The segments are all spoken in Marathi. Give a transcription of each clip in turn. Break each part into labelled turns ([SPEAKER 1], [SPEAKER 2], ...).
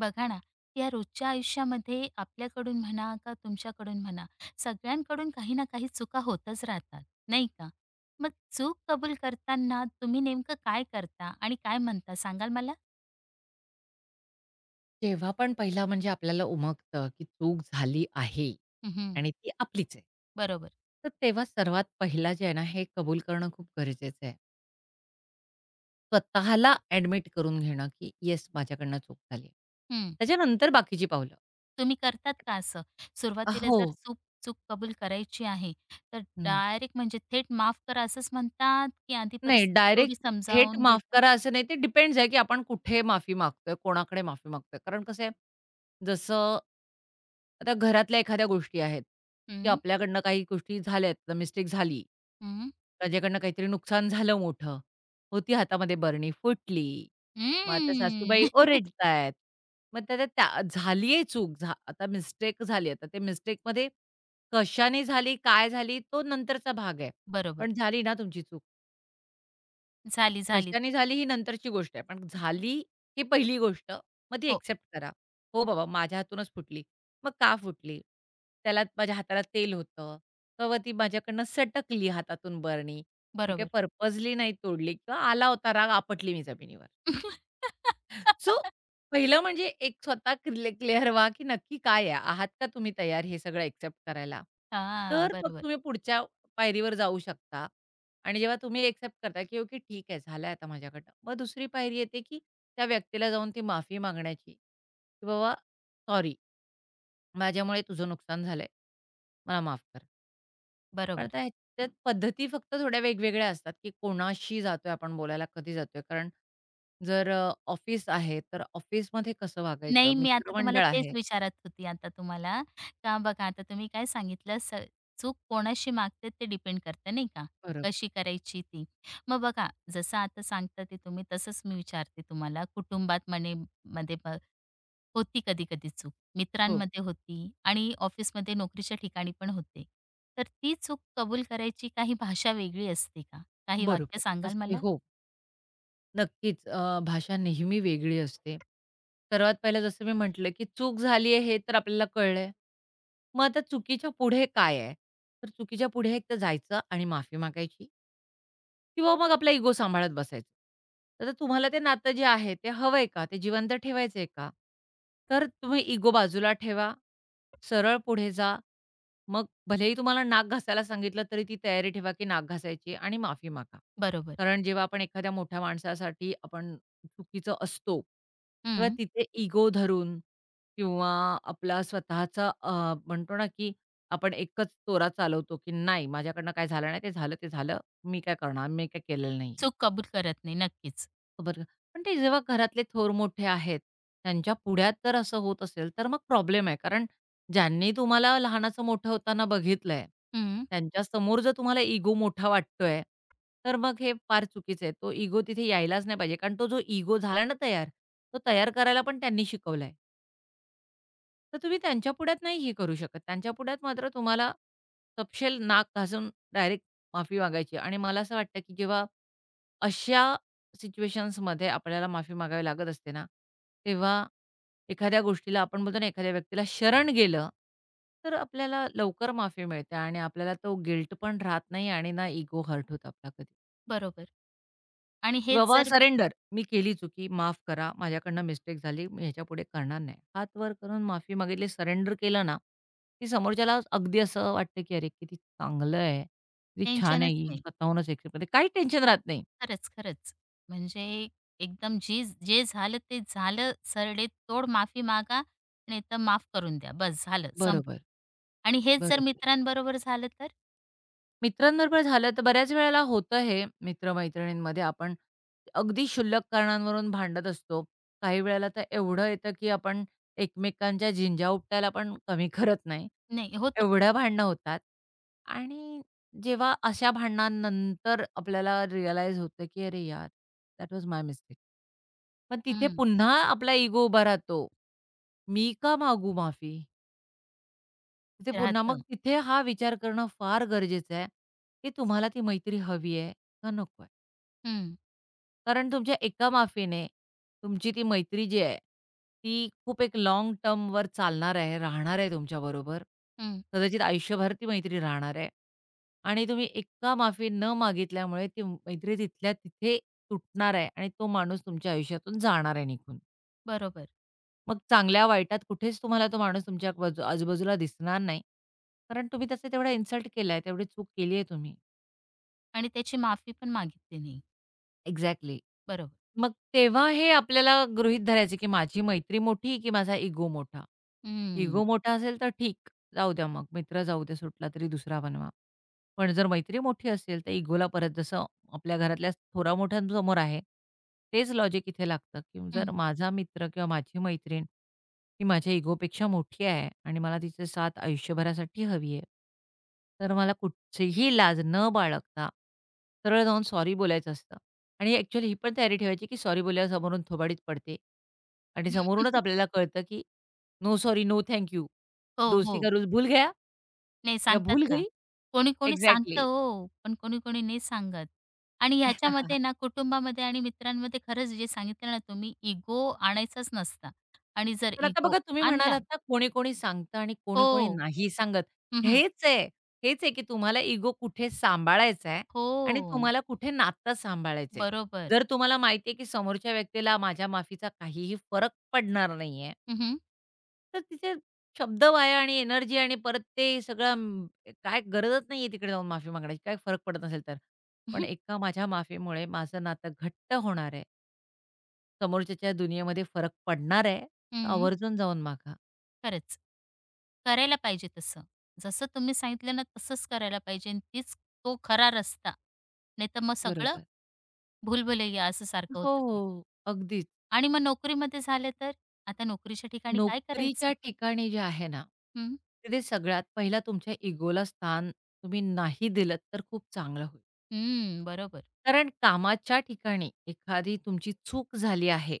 [SPEAKER 1] बघा ना, या रोजच्या आयुष्यामध्ये आपल्याकडून म्हणा का तुमच्याकडून म्हणा, सगळ्यांकडून काही ना काही चुका होतच राहतात, नाही का? मग चूक कबूल करताना तुम्ही नेमकं काय करता आणि काय म्हणता सांगाल मला?
[SPEAKER 2] जेव्हा पण पहिला म्हणजे आपल्याला उमगतं, की चूक झाली आहे
[SPEAKER 1] हं,
[SPEAKER 2] आणि ती आपलीच आहे.
[SPEAKER 1] बरोबर.
[SPEAKER 2] तर तेव्हा सर्वात पहिला जे आहे ना, हे कबूल करणं खूप गरजेचं आहे. स्वतःला ॲडमिट करून घेणं, की "येस, माझ्याकडनं चूक झाली आहे."
[SPEAKER 1] हं.
[SPEAKER 2] त्याच्यानंतर बाकीची पावलं.
[SPEAKER 1] तुम्ही करतात का असं? सुरुवातीला
[SPEAKER 2] हो.
[SPEAKER 1] जर चूक चूक कबूल करायची आहे, तर
[SPEAKER 2] हं.
[SPEAKER 1] डायरेक्ट म्हणजे थेट माफ करा असंच म्हणतात, की आधी
[SPEAKER 2] नाही
[SPEAKER 1] परिस्थिती थोडी
[SPEAKER 2] डायरेक्ट थेट
[SPEAKER 1] समजावून
[SPEAKER 2] माफ
[SPEAKER 1] घेता?
[SPEAKER 2] करा असं नाही. ते डिपेंड्स आहे, की आपण कुठे माफी मागतोय, कोणाकडे माफी मागतोय. कारण कसं आहे जसं आता घरातल्या एखाद्या गोष्टी आहेत, की
[SPEAKER 1] हं,
[SPEAKER 2] आपल्याकडनं काही गोष्टी झाल्यात, मिस्टेक झाली.
[SPEAKER 1] हं,
[SPEAKER 2] त्याच्याकडनं काहीतरी नुकसान झालं मोठं. होती हातामध्ये बरणी, फुटली. मग आता
[SPEAKER 1] हं.
[SPEAKER 2] सासूबाई ओरडतायत. मग त्या त्या झालीये चूक, आता मिस्टेक झाली. आता ते मिस्टेकमध्ये कशाने झाली, काय झाली, तो नंतरचा भाग आहे.
[SPEAKER 1] बरोबर.
[SPEAKER 2] पण झाली ना तुमची चूक.
[SPEAKER 1] झाली, झाली.
[SPEAKER 2] कशाने झाली ही नंतरची गोष्ट आहे. पण झाली ही पहिली गोष्ट. मग ती
[SPEAKER 1] हो,
[SPEAKER 2] एक्सेप्ट करा. हो बाबा, माझ्या हातूनच फुटली. मग का फुटली? त्याला माझ्या हाताला तेल होतं किंवा ती माझ्याकडनं सटकली हातातून बरणी. मी काही
[SPEAKER 1] बरोबर.
[SPEAKER 2] पर्पजली नाही तोडली किंवा आला होता राग आपटली मी जमिनीवर. सो पहिलं म्हणजे एक स्वतः क्लिअर व्हा, की नक्की काय आहे? आहात का तुम्ही तयार हे सगळं एक्सेप्ट करायला?
[SPEAKER 1] हां,
[SPEAKER 2] तर मग
[SPEAKER 1] बरोबर,
[SPEAKER 2] तुम्ही पुढच्या पायरीवर जाऊ शकता आणि जेव्हा तुम्ही एक्सेप्ट करता, की ओके ठीक आहे, झालंय आता माझ्याकडनं. मग दुसरी पायरी येते, की त्या व्यक्तीला जाऊन ती माफी मागण्याची, की "बाबा सॉरी, माझ्यामुळे तुझं नुकसान झालंय. मला माफ कर." पण
[SPEAKER 1] बरोबर.
[SPEAKER 2] आता ह्याच्यात पद्धती फक्त थोड्या वेगवेगळ्या असतात, की कोणाशी जातोय आपण बोलायला, कधी जातोय. कारण जर ऑफिस आहे, तर ऑफिसमध्ये कसं
[SPEAKER 1] नाही,
[SPEAKER 2] वागायचं?
[SPEAKER 1] मी आता तुम्हाला
[SPEAKER 2] मित्रमंडळ
[SPEAKER 1] तेच
[SPEAKER 2] आहे.
[SPEAKER 1] विचारत होती आता तुम्हाला, का बघा आता तुम्ही काय सांगितलं चूक कोणाशी मागते ते डिपेंड करतं नाही का,
[SPEAKER 2] बरोबर.
[SPEAKER 1] कशी करायची ती. मग बघा जसं आता सांगता ते तुम्ही तसंच मी विचारते तुम्हाला कुटुंबात म्हणे मध्ये होती कधी-कधी चूक,
[SPEAKER 2] हो.
[SPEAKER 1] मित्रांमध्ये होती आणि ऑफिसमध्ये नोकरीच्या ठिकाणी पण होते. तर ती चूक कबूल करायची काही भाषा वेगळी असते का? काही वाक्य
[SPEAKER 2] बरोबर.
[SPEAKER 1] सांगाल
[SPEAKER 2] असते
[SPEAKER 1] मला?
[SPEAKER 2] हो. नक्कीच भाषा नेहमी वेगळी असते. सर्वात पहिलं जसं मी म्हटलं, की चूक झाली आहे हे तर आपल्याला कळलंय. मग आता चुकीच्या पुढे काय आहे? तर चुकीच्या पुढे एक तर जायचं आणि माफी मागायची. किंवा मग आपला इगो सांभाळत बसायचं. तर तुम्हाला ते नातं जे आहे ते हवंय का? ते जिवंत ठेवायचंय का? तर तुम्ही इगो बाजूला ठेवा, सरळ पुढे जा. मग भलेही तुम्हाला नाक घासायला सांगितलं, तरी ती तयारी ठेवा, की नाक घासायची आणि माफी मागा.
[SPEAKER 1] बरोबर.
[SPEAKER 2] कारण जेव्हा आपण एखाद्या मोठ्या माणसासाठी आपण चुकीचं असतो, तेव्हा
[SPEAKER 1] हं.
[SPEAKER 2] तिथे इगो धरून किंवा आपला स्वतःचा म्हणतो ना, की आपण एकच तोरा चालवतो, की नाही माझ्याकडनं काय झालं नाही, ते झालं, ते झालं. मी काय करणार, मी काय केलेलं नाहीये.
[SPEAKER 1] चूक कबूल करत नाही. नक्कीच.
[SPEAKER 2] बरं. पण ते जेव्हा घरातले थोर मोठे आहेत, त्यांच्या पुढ्यात जर असं होत असेल, तर मग प्रॉब्लेम आहे. कारण ज्यांनी तुम्हाला लहानाचं मोठं होताना बघितलंय,
[SPEAKER 1] हं,
[SPEAKER 2] त्यांच्यासमोर जर तुम्हाला इगो मोठा वाटतोय, तर मग हे फार चुकीचं आहे. तो इगो तिथे यायलाच नाही पाहिजे. कारण तो जो इगो झाला ना तयार, तो तयार करायला पण त्यांनी शिकवलंय. तर तुम्ही त्यांच्या पुढ्यात नाही हे करू शकत. त्यांच्या पुढ्यात मात्र तुम्हाला तपशील नाक घासून डायरेक्ट माफी मागायची आणि मला असं वाटतं, की जेव्हा अशा सिच्युएशन्समध्ये आपल्याला माफी मागावी लागत असते ना, तेव्हा एखाद्या गोष्टीला आपण बोलतो ना, एखाद्या व्यक्तीला शरण गेलं, तर आपल्याला लवकर माफी मिळते आणि आपल्याला तो गिल्ट पण राहत नाही आणि ना इगो हर्ट होतो आपला कधी.
[SPEAKER 1] बरोबर. आणि
[SPEAKER 2] की
[SPEAKER 1] हेच
[SPEAKER 2] बाबा
[SPEAKER 1] जर
[SPEAKER 2] सरेंडर, मी केली चुकी, माफ करा, माझ्याकडनं मिस्टेक झाली, मी ह्याच्यापुढे करणार नाही. हात वर करून माफी मागितली, सरेंडर केलं ना, की समोरच्याला अगदी असं वाटतं की "अरे, किती चांगलं आहे, किती छान आहे
[SPEAKER 1] टेन्शनच
[SPEAKER 2] ही,
[SPEAKER 1] नाही.
[SPEAKER 2] स्वतःहूनच एक्सेप्ट करते." काही टेन्शन राहत नाही.
[SPEAKER 1] खरंच, खरंच. म्हणजे एकदम जे झालं ते झालं. सरळे तोड माफी मागा, नाहीतर माफ करून द्या. बस झालं,
[SPEAKER 2] बरोबर,
[SPEAKER 1] संपलं. आणि हेच जर
[SPEAKER 2] बरोबर.
[SPEAKER 1] मित्रांबरोबर झालं तर?
[SPEAKER 2] मित्रांबरोबर झालं तर बऱ्याच वेळेला होतं हे मित्र-मैत्रिणींमध्ये आपण अगदी क्षुल्लक कारणांवरून भांडत असतो. काही वेळेला तर एवढं येतं, की आपण एकमेकांच्या झिंज्या उपटायला पण कमी करत नाही.
[SPEAKER 1] नाही, होतं.
[SPEAKER 2] एवढ्या भांडणं होतात आणि जेव्हा अशा भांडणानंतर आपल्याला रिअलाईज होतं, की "अरे यार, दॅट वॉज माय मिस्टेक." पण तिथे
[SPEAKER 1] हं,
[SPEAKER 2] पुन्हा आपला इगो उभा राहतो. "मी का मागू माफी?" तिथे पुन्हा मग
[SPEAKER 1] राहतं.
[SPEAKER 2] तिथे हा विचार करणं फार गरजेचं आहे, की तुम्हाला ती मैत्री हवी आहे का नको आहे?
[SPEAKER 1] हं,
[SPEAKER 2] कारण तुमच्या एका माफीने तुमची ती मैत्री जी आहे, ती खूप एक लाँग टर्मवर चालणार आहे, राहणार आहे तुमच्याबरोबर.
[SPEAKER 1] हं.
[SPEAKER 2] कदाचित आयुष्यभर ती मैत्री राहणार आहे आणि तुम्ही एका माफी न मागितल्यामुळे ती मैत्री तिथल्या तिथे तुटणार आहे आणि तो माणूस तुमच्या आयुष्यातून जाणार आहे निघून.
[SPEAKER 1] बरोबर.
[SPEAKER 2] मग चांगल्या-वाईटात कुठेच तुम्हाला तो माणूस तुमच्या आजूबाजूला दिसणार नाही. कारण तुम्ही त्याचा तेवढा इन्सल्ट केलाय, तेवढी चूक केली आहे तुम्ही.
[SPEAKER 1] आणि त्याची माफी पण मागितली नाही.
[SPEAKER 2] एक्झॅक्टली.
[SPEAKER 1] बरोबर.
[SPEAKER 2] मग तेव्हा हे आपल्याला गृहीत धरायचं, की माझी मैत्री मोठी की माझा इगो मोठा?
[SPEAKER 1] हं,
[SPEAKER 2] इगो मोठा असेल तर ठीक, जाऊ द्या मग मित्र जाऊ दे सुटला तरी दुसरा बनवा. पण जर मैत्री मोठी असेल तर इगोला परत जसं आपल्या घरातल्या थोरामोठ्यांसमोर आहे, तेच लॉजिक इथे लागतं, की जर
[SPEAKER 1] हं.
[SPEAKER 2] माझा मित्र किंवा माझी मैत्रीण ही माझ्या इगोपेक्षा मोठी आहे आणि मला तिचे साथ आयुष्यभरासाठी हवी आहे, तर मला कुठचीही लाज न बाळगता सरळ जाऊन सॉरी बोलायचं असतं. आणि ॲक्चुअली ही पण तयारी ठेवायची, की सॉरी बोलल्यावर समोरून थोबाडीच पडते आणि समोरूनच आपल्याला कळतं, की no sorry, no thank you.
[SPEAKER 1] हो,
[SPEAKER 2] दोस्ती का
[SPEAKER 1] हो.
[SPEAKER 2] रूल भूल गया
[SPEAKER 1] नाही
[SPEAKER 2] या
[SPEAKER 1] सांगतात
[SPEAKER 2] भूल
[SPEAKER 1] ना.
[SPEAKER 2] गई.
[SPEAKER 1] कोणी-कोणी सांगतं
[SPEAKER 2] एक्झॅक्टली.
[SPEAKER 1] हो, पण कोणी-कोणी नाही सांगत. आणि ह्याच्यामध्ये ना कुटुंबामध्ये आणि मित्रांमध्ये खरंच जे सांगितलं ना तुम्ही इगो आणायचाच नसता. आणि जर
[SPEAKER 2] पण आता
[SPEAKER 1] इगो
[SPEAKER 2] बघा तुम्ही
[SPEAKER 1] आणला
[SPEAKER 2] म्हणालात ना, कोणी-कोणी सांगतं आणि कोणी-कोणी
[SPEAKER 1] हो.
[SPEAKER 2] नाही सांगत.
[SPEAKER 1] हं,
[SPEAKER 2] हेच आहे, हेच आहे, की तुम्हाला इगो कुठे सांभाळायचा आहे
[SPEAKER 1] हो.
[SPEAKER 2] आणि तुम्हाला कुठे नातं सांभाळायचं.
[SPEAKER 1] बरोबर.
[SPEAKER 2] जर तुम्हाला माहिती की समोरच्या व्यक्तीला माझ्या माफीचा काहीही फरक पडणार नाहीये
[SPEAKER 1] हं, हं.
[SPEAKER 2] तर तिचे शब्द वाया आणि एनर्जी आणि परत ते सगळं काय गरजच नाहीये तिकडे जाऊन माफी मागायची, काय फरक पडत नसेल तर. पण एका माझ्या माफीमुळे माझं नातं घट्ट होणार आहे. समोरच्याच्या दुनियेमध्ये फरक पडणार आहे, तर आवर्जून जाऊन मागा.
[SPEAKER 1] खरंच. करायला पाहिजे तसं. जसं तुम्ही सांगितलं ना तसंच करायला पाहिजे आणि तीच तो खरा रस्ता. नाहीतर मग सगळं
[SPEAKER 2] बरोबर.
[SPEAKER 1] भूलभुलैया असं सारखं
[SPEAKER 2] हो,
[SPEAKER 1] होतं ते.
[SPEAKER 2] हो. अगदीच.
[SPEAKER 1] आणि मग नोकरीमध्ये झालं तर? आता नोकरीच्या ठिकाणी काय
[SPEAKER 2] नोकरीच्या
[SPEAKER 1] करायचं?
[SPEAKER 2] ठिकाणी जे आहे ना
[SPEAKER 1] हं,
[SPEAKER 2] तिथे सगळ्यात पहिला तुमच्या इगोला स्थान तुम्ही नाही दिलत तर खूप चांगलं होईल.
[SPEAKER 1] हं, बरोबर.
[SPEAKER 2] कारण कामाच्या ठिकाणी एखादी तुमची चूक झाली आहे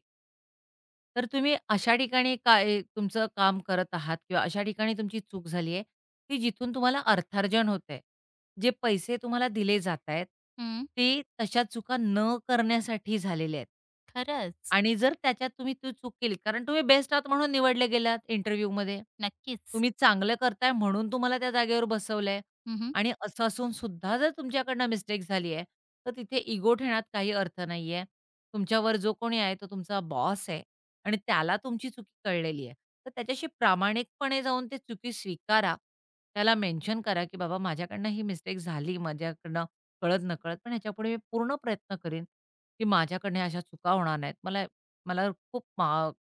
[SPEAKER 2] तर तुम्ही अशा ठिकाणी काय तुमचं काम करत आहात किंवा अशा ठिकाणी तुमची चूक झाली आहे, की जिथून तुम्हाला अर्थार्जन होतंय. जे पैसे तुम्हाला दिले जातायत,
[SPEAKER 1] हं,
[SPEAKER 2] ते तशा चुका न करण्यासाठी झालेले आहेत.
[SPEAKER 1] खरंच.
[SPEAKER 2] आणि जर त्याच्यात तुम्ही ती चूक केली कारण तुम्ही बेस्ट आहात म्हणून निवडले गेलात इंटरव्ह्यूमध्ये.
[SPEAKER 1] नक्कीच.
[SPEAKER 2] तुम्ही चांगलं करताय म्हणून तुम्हाला त्या जागेवर बसवलंय
[SPEAKER 1] हं, हं.
[SPEAKER 2] आणि असं असून सुद्धा जर तुमच्याकडनं मिस्टेक झाली आहे, तर तिथे इगो ठेवण्यात काही अर्थ नाहीये. तुमच्यावर जो कोणी आहे तो तुमचा बॉस आहे. आणि त्याला तुमची चुकी कळलेली आहे. तर त्याच्याशी प्रामाणिकपणे जाऊन ती चुकी स्वीकारा. त्याला मेन्शन करा, की "बाबा माझ्याकडनं ही मिस्टेक झाली कळत-नकळत. पण ह्याच्यापुढे मी पूर्ण प्रयत्न करीन, की माझ्याकडनं ह्या अशा चुका होणार नाहीत. मला मला खूप मा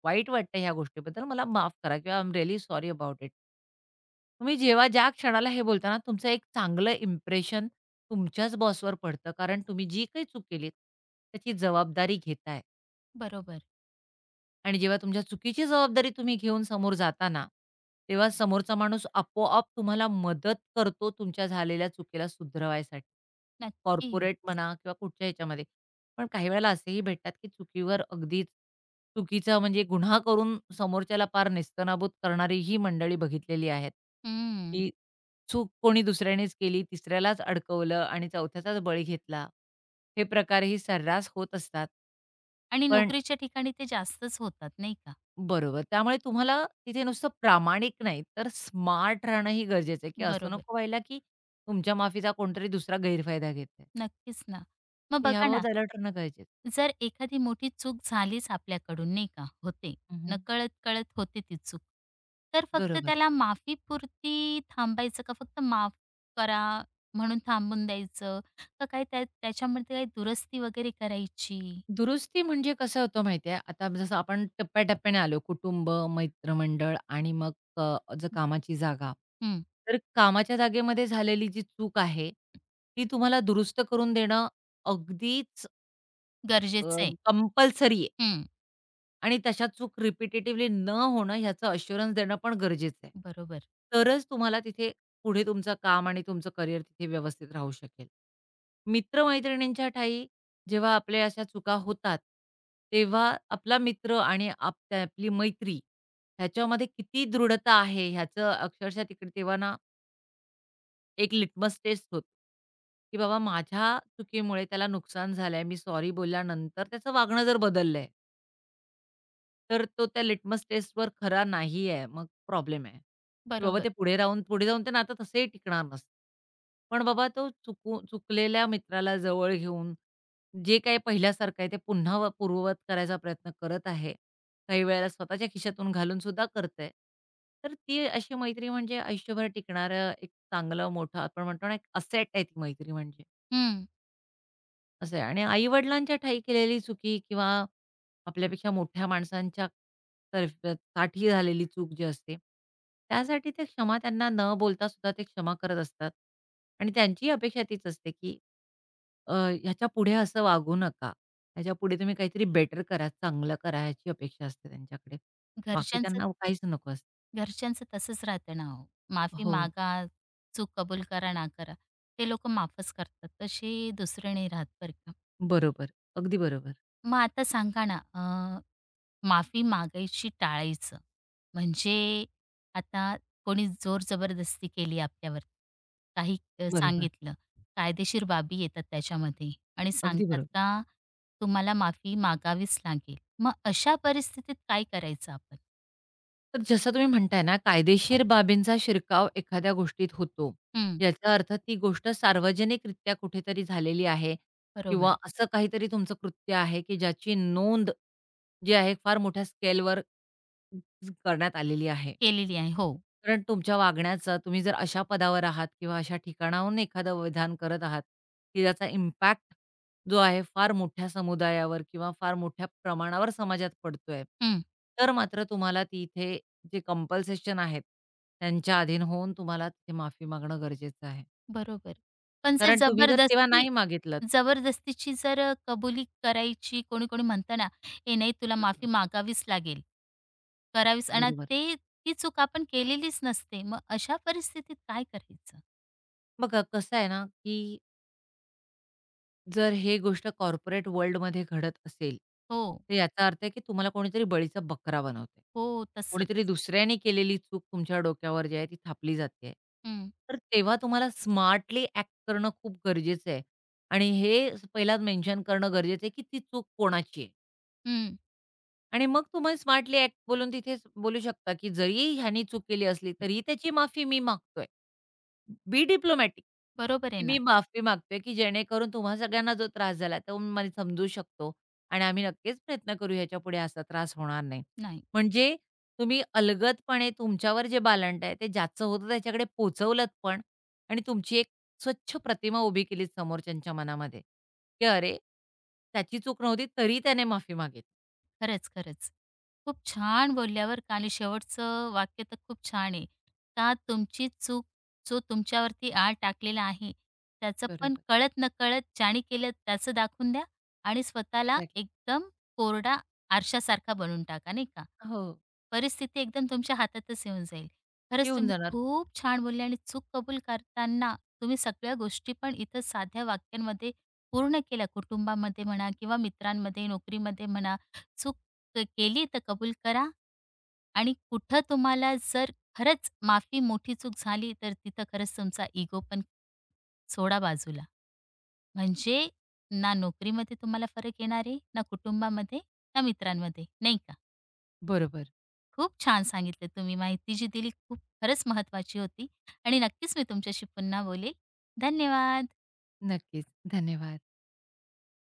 [SPEAKER 2] वाईट वाटतं ह्या गोष्टीबद्दल. मला माफ करा किंवा I am really sorry about it." तुम्ही जेव्हा ज्या क्षणाला हे बोलता तुमचं एक चांगलं इम्प्रेशन तुमच्याच बॉसवर पडतं. कारण तुम्ही जी काही चूक केलीत, त्याची जबाबदारी घेताय.
[SPEAKER 1] बरोबर.
[SPEAKER 2] आणि जेव्हा तुमच्या चुकीची जबाबदारी तुम्ही घेऊन समोर जाता ना, तेव्हा समोरचा माणूस आपोआप तुम्हाला मदत करतो तुमच्या झालेल्या चुकीला सुधरवायसाठी.
[SPEAKER 1] नक्कीच.
[SPEAKER 2] कॉर्पोरेट म्हणा किंवा कुठच्या ह्याच्यामध्ये. पण काही वेळेला असेही भेटतात, की चुकीवर अगदीच चुकीचा म्हणजे गुन्हा करून समोरच्याला पार नेस्तनाबूत करणारी ही मंडळी बघितलेली आहेत,
[SPEAKER 1] हं.
[SPEAKER 2] की चूक कोणी दुसऱ्यानेच केली, तिसऱ्यालाच अडकवलं आणि चौथ्याचाच बळी घेतला. हे प्रकारही सर्रास होत असतात.
[SPEAKER 1] आणि
[SPEAKER 2] पण
[SPEAKER 1] नोकरीच्या ठिकाणी ते जास्तच होतात, नाही का?
[SPEAKER 2] बरोबर. त्यामुळे तुम्हाला तिथे नुसतं प्रामाणिक नाही, तर स्मार्ट राहणं ही गरजेचं आहे, की असं
[SPEAKER 1] बरोबर.
[SPEAKER 2] नको व्हायला, की तुमच्या माफीचा कोणतरी दुसरा गैरफायदा घेत आहे.
[SPEAKER 1] नक्कीच ना. मग
[SPEAKER 2] तर
[SPEAKER 1] बघा ना,
[SPEAKER 2] ह्याबाबत अलर्ट राहणं गरजेचं.
[SPEAKER 1] जर एखादी मोठी चूक झालीच आपल्याकडून, नाही का? होते.
[SPEAKER 2] हं, हं.
[SPEAKER 1] नकळत-कळत होते ती चूक. तर फक्त
[SPEAKER 2] बरोबर.
[SPEAKER 1] त्याला माफीपुरती थांबायचं का फक्त माफ करा म्हणून थांबून द्यायचं? का काय त्याच्यामध्ये काही दुरुस्ती वगैरे करायची?
[SPEAKER 2] दुरुस्ती म्हणजे कसं होतं माहिती आहे, आता जसं आपण टप्प्याटप्प्याने आलो कुटुंब, मित्रमंडळ आणि मग कामाची जागा.
[SPEAKER 1] हं,
[SPEAKER 2] तर कामाच्या जागेमध्ये झालेली जी चूक आहे, ती तुम्हाला दुरुस्त करून देणं अगदीच
[SPEAKER 1] गरजेचं आहे.
[SPEAKER 2] कंपल्सरी आहे.
[SPEAKER 1] हं,
[SPEAKER 2] आणि तशा चूक रिपिटेटिव्हली न होणं ह्याचं अश्युरन्स देणं पण गरजेचं आहे.
[SPEAKER 1] बरोबर,
[SPEAKER 2] तरच तुम्हाला तिथे पुढे तुमचं काम आणि तुमचं करिअर तिथे व्यवस्थित राहू शकेल. मित्र-मैत्रिणींच्या ठायी जेव्हा आपल्या अशा चुका होतात, तेव्हा आपला मित्र आणि आपली मैत्री ह्याच्यामध्ये किती दृढता आहे ह्याचं अक्षरशः तिकडे तेव्हा ना एक लिटमस टेस्ट होतो, की बाबा माझ्या चुकीमुळे त्याला नुकसान झालंय, मी सॉरी बोलल्यानंतर त्याचं वागणं जर बदललंय. तर तो त्या लिटमस टेस्टवर खरा नाही आहे, मग प्रॉब्लेम आहे, की बाबा
[SPEAKER 1] बरोबर.
[SPEAKER 2] ते पुढे जाऊन ते नातं तसंही टिकणार नसतं. पण बाबा तो चुकलेल्या मित्राला जवळ घेऊन जे काही पहिल्यासारखं आहे ते पुन्हा व पूर्ववत करायचा प्रयत्न करत आहे. काही वेळेला स्वतःच्या खिशातून घालून सुद्धा करतंय. तर ती अशी मैत्री म्हणजे आयुष्यभर टिकणारं एक चांगलं मोठं आपण म्हणतो ना, एक असेट आहे ती मैत्री म्हणजे.
[SPEAKER 1] हं,
[SPEAKER 2] असं आहे आणि आई-वडिलांच्या ठायी केलेली चुकी किंवा आपल्यापेक्षा मोठ्या माणसांच्या तर्फे काठी झालेली चूक जी असते, त्यासाठी ते क्षमा त्यांना न बोलता सुद्धा ते क्षमा करत असतात आणि त्यांचीही अपेक्षा तीच असते, की अ, ह्याच्यापुढे असं वागू नका. ह्याच्यापुढे तुम्ही काहीतरी बेटर करा, चांगलं करा ह्याची अपेक्षा असते त्यांच्याकडे. बाकी
[SPEAKER 1] घरच्यांचं
[SPEAKER 2] त्यांना काहीच नको असतं.
[SPEAKER 1] घरच्यांचं तसंच राहतं ना हो. माफी
[SPEAKER 2] हो,
[SPEAKER 1] मागा, चूक कबूल करा, ना करा. ते लोक माफच करतात. तसे दुसरे नाही राहत बरं का.
[SPEAKER 2] बरोबर. अगदी बरोबर.
[SPEAKER 1] मग आता सांगा ना, माफी मागायची टाळायचं म्हणजे आता कोणी जोर जबरदस्ती केली आपल्यावर, काही
[SPEAKER 2] बरोबर.
[SPEAKER 1] सांगितलं, कायदेशीर बाबी येतात त्याच्यामध्ये आणि
[SPEAKER 2] अगदी
[SPEAKER 1] सांगतात
[SPEAKER 2] बरोबर.
[SPEAKER 1] का, तुम्हाला माफी मागावीच लागेल. मग अशा परिस्थितीत काय करायचं आपण?
[SPEAKER 2] तर जसं तुम्ही म्हणताय ना, कायदेशीर बाबींचा शिरकाव एखाद्या गोष्टीत होतो.
[SPEAKER 1] हं,
[SPEAKER 2] याचा अर्थ ती गोष्ट सार्वजनिकरित्या कुठेतरी झालेली आहे
[SPEAKER 1] बरोबर
[SPEAKER 2] किंवा
[SPEAKER 1] आहे.
[SPEAKER 2] असं काहीतरी तुमचं कृत्य आहे, की ज्याची नोंद जी आहे फार मोठ्या स्केलवर करण्यात आलेली आहे.
[SPEAKER 1] केलेली आहे. हो.
[SPEAKER 2] कारण तुमच्या वागण्याचं तुम्ही जर अशा पदावर आहात किंवा अशा ठिकाणाहून एखादं विधान करत आहात, की त्याचा इम्पॅक्ट जो आहे फार मोठ्या समुदायावर किंवा फार मोठ्या प्रमाणावर समाजात पडतोय.
[SPEAKER 1] हं,
[SPEAKER 2] तर मात्र तुम्हाला तिथे जे कंपल्सेशन आहेत, त्यांच्या अधीन होऊन तुम्हाला तिथे माफी मागणं गरजेचं आहे.
[SPEAKER 1] बरोबर. पण जर
[SPEAKER 2] कारण तुम्ही जर तेव्हा
[SPEAKER 1] जबरदस्ती
[SPEAKER 2] नाही मागितलत.
[SPEAKER 1] जर कबुली करायची कोणी-कोणी म्हणतं ना, "ए नाही तुला माफी
[SPEAKER 2] बरोबर,
[SPEAKER 1] मागावीच लागेल, करावीच" आणि
[SPEAKER 2] बरोबर.
[SPEAKER 1] ते ती चूक आपण केलेलीच नसते. मग अशा परिस्थितीत काय करायचं?
[SPEAKER 2] बघा कसं आहे ना, की जर हे गोष्ट कॉर्पोरेट वर्ल्डमध्ये घडत असेल,
[SPEAKER 1] हो,
[SPEAKER 2] तर याचा अर्थ आहे की तुम्हाला कोणीतरी बळीचा बकरा बनवतंय.
[SPEAKER 1] हो,
[SPEAKER 2] कोणीतरी
[SPEAKER 1] तसंच.
[SPEAKER 2] दुसऱ्याने केलेली चूक तुमच्या डोक्यावर जी आहे ती थापली जाते आहे.
[SPEAKER 1] हं,
[SPEAKER 2] तर तेव्हा तुम्हाला स्मार्टली ॲक्ट करणं खूप गरजेचं आहे आणि हे पहिलाच मेन्शन करणं गरजेचं आहे की ती चूक कोणाची आहे
[SPEAKER 1] हं.
[SPEAKER 2] आणि मग तुम्ही स्मार्टली ॲक्ट बोलून तिथेच बोलू शकता की जरी ह्यानी चूक केली असली, तरीही त्याची माफी मी मागतोय. बी डिप्लोमॅटिक,
[SPEAKER 1] बरोबर आहे
[SPEAKER 2] की मी
[SPEAKER 1] ना.
[SPEAKER 2] माफी मागतोय, की जेणेकरून तुम्हा सगळ्यांना जो त्रास झाला तो मी समजू शकतो आणि आम्ही नक्कीच प्रयत्न करू ह्याच्यापुढे असा त्रास होणार नाही.
[SPEAKER 1] नाही,
[SPEAKER 2] म्हणजे तुम्ही अलगदपणे तुमच्यावर जे बालंट आहे ते ज्याचं होतं त्याच्याकडे पोहोचवलत पण आणि तुमची एक स्वच्छ प्रतिमा उभी केलीत समोरच्यांच्या मनामध्ये, की अरे, त्याची चूक नव्हती तरी त्याने माफी मागितली.
[SPEAKER 1] खरंच, खरंच. खूप छान बोलल्या बरं का आणि शेवटचं वाक्य तर खूप छान आहे. का तुमची चूक जो तुमच्यावरती आळ टाकलेला आहे, त्याचं पण
[SPEAKER 2] बरोबर,
[SPEAKER 1] कळत नकळत ज्याने केलं त्याचं दाखवून द्या आणि स्वतःला
[SPEAKER 2] एक्झॅक्टली.
[SPEAKER 1] एकदम कोरडा आरशासारखा बनवून टाका, नाही का?
[SPEAKER 2] हो,
[SPEAKER 1] परिस्थिती एकदम तुमच्या हातातच येऊन जाईल. खरंच
[SPEAKER 2] येऊन
[SPEAKER 1] तुम्ही
[SPEAKER 2] जाणार.
[SPEAKER 1] खूप छान बोलले आणि चूक कबूल करताना तुम्ही सगळ्या गोष्टी पण इथं साध्या वाक्यांमध्ये पूर्ण केल्या. कुटुंबामध्ये म्हणा किंवा मित्रांमध्ये, नोकरीमध्ये म्हणा, चूक केली तर कबूल करा आणि कुठं तुम्हाला जर खरंच मोठी चूक झाली, तर तिथं खरंच तुमचा इगो पण सोडा बाजूला. म्हणजे ना नोकरीमध्ये तुम्हाला फरक येणार आहे, ना कुटुंबामध्ये, ना मित्रांमध्ये, नाही का?
[SPEAKER 2] बरोबर,
[SPEAKER 1] खूप छान सांगितलं तुम्ही. माहिती जी दिली खूप खरंच महत्त्वाची होती आणि नक्कीच मी तुमच्याशी पुन्हा बोलेल. धन्यवाद.
[SPEAKER 2] नक्कीच. धन्यवाद.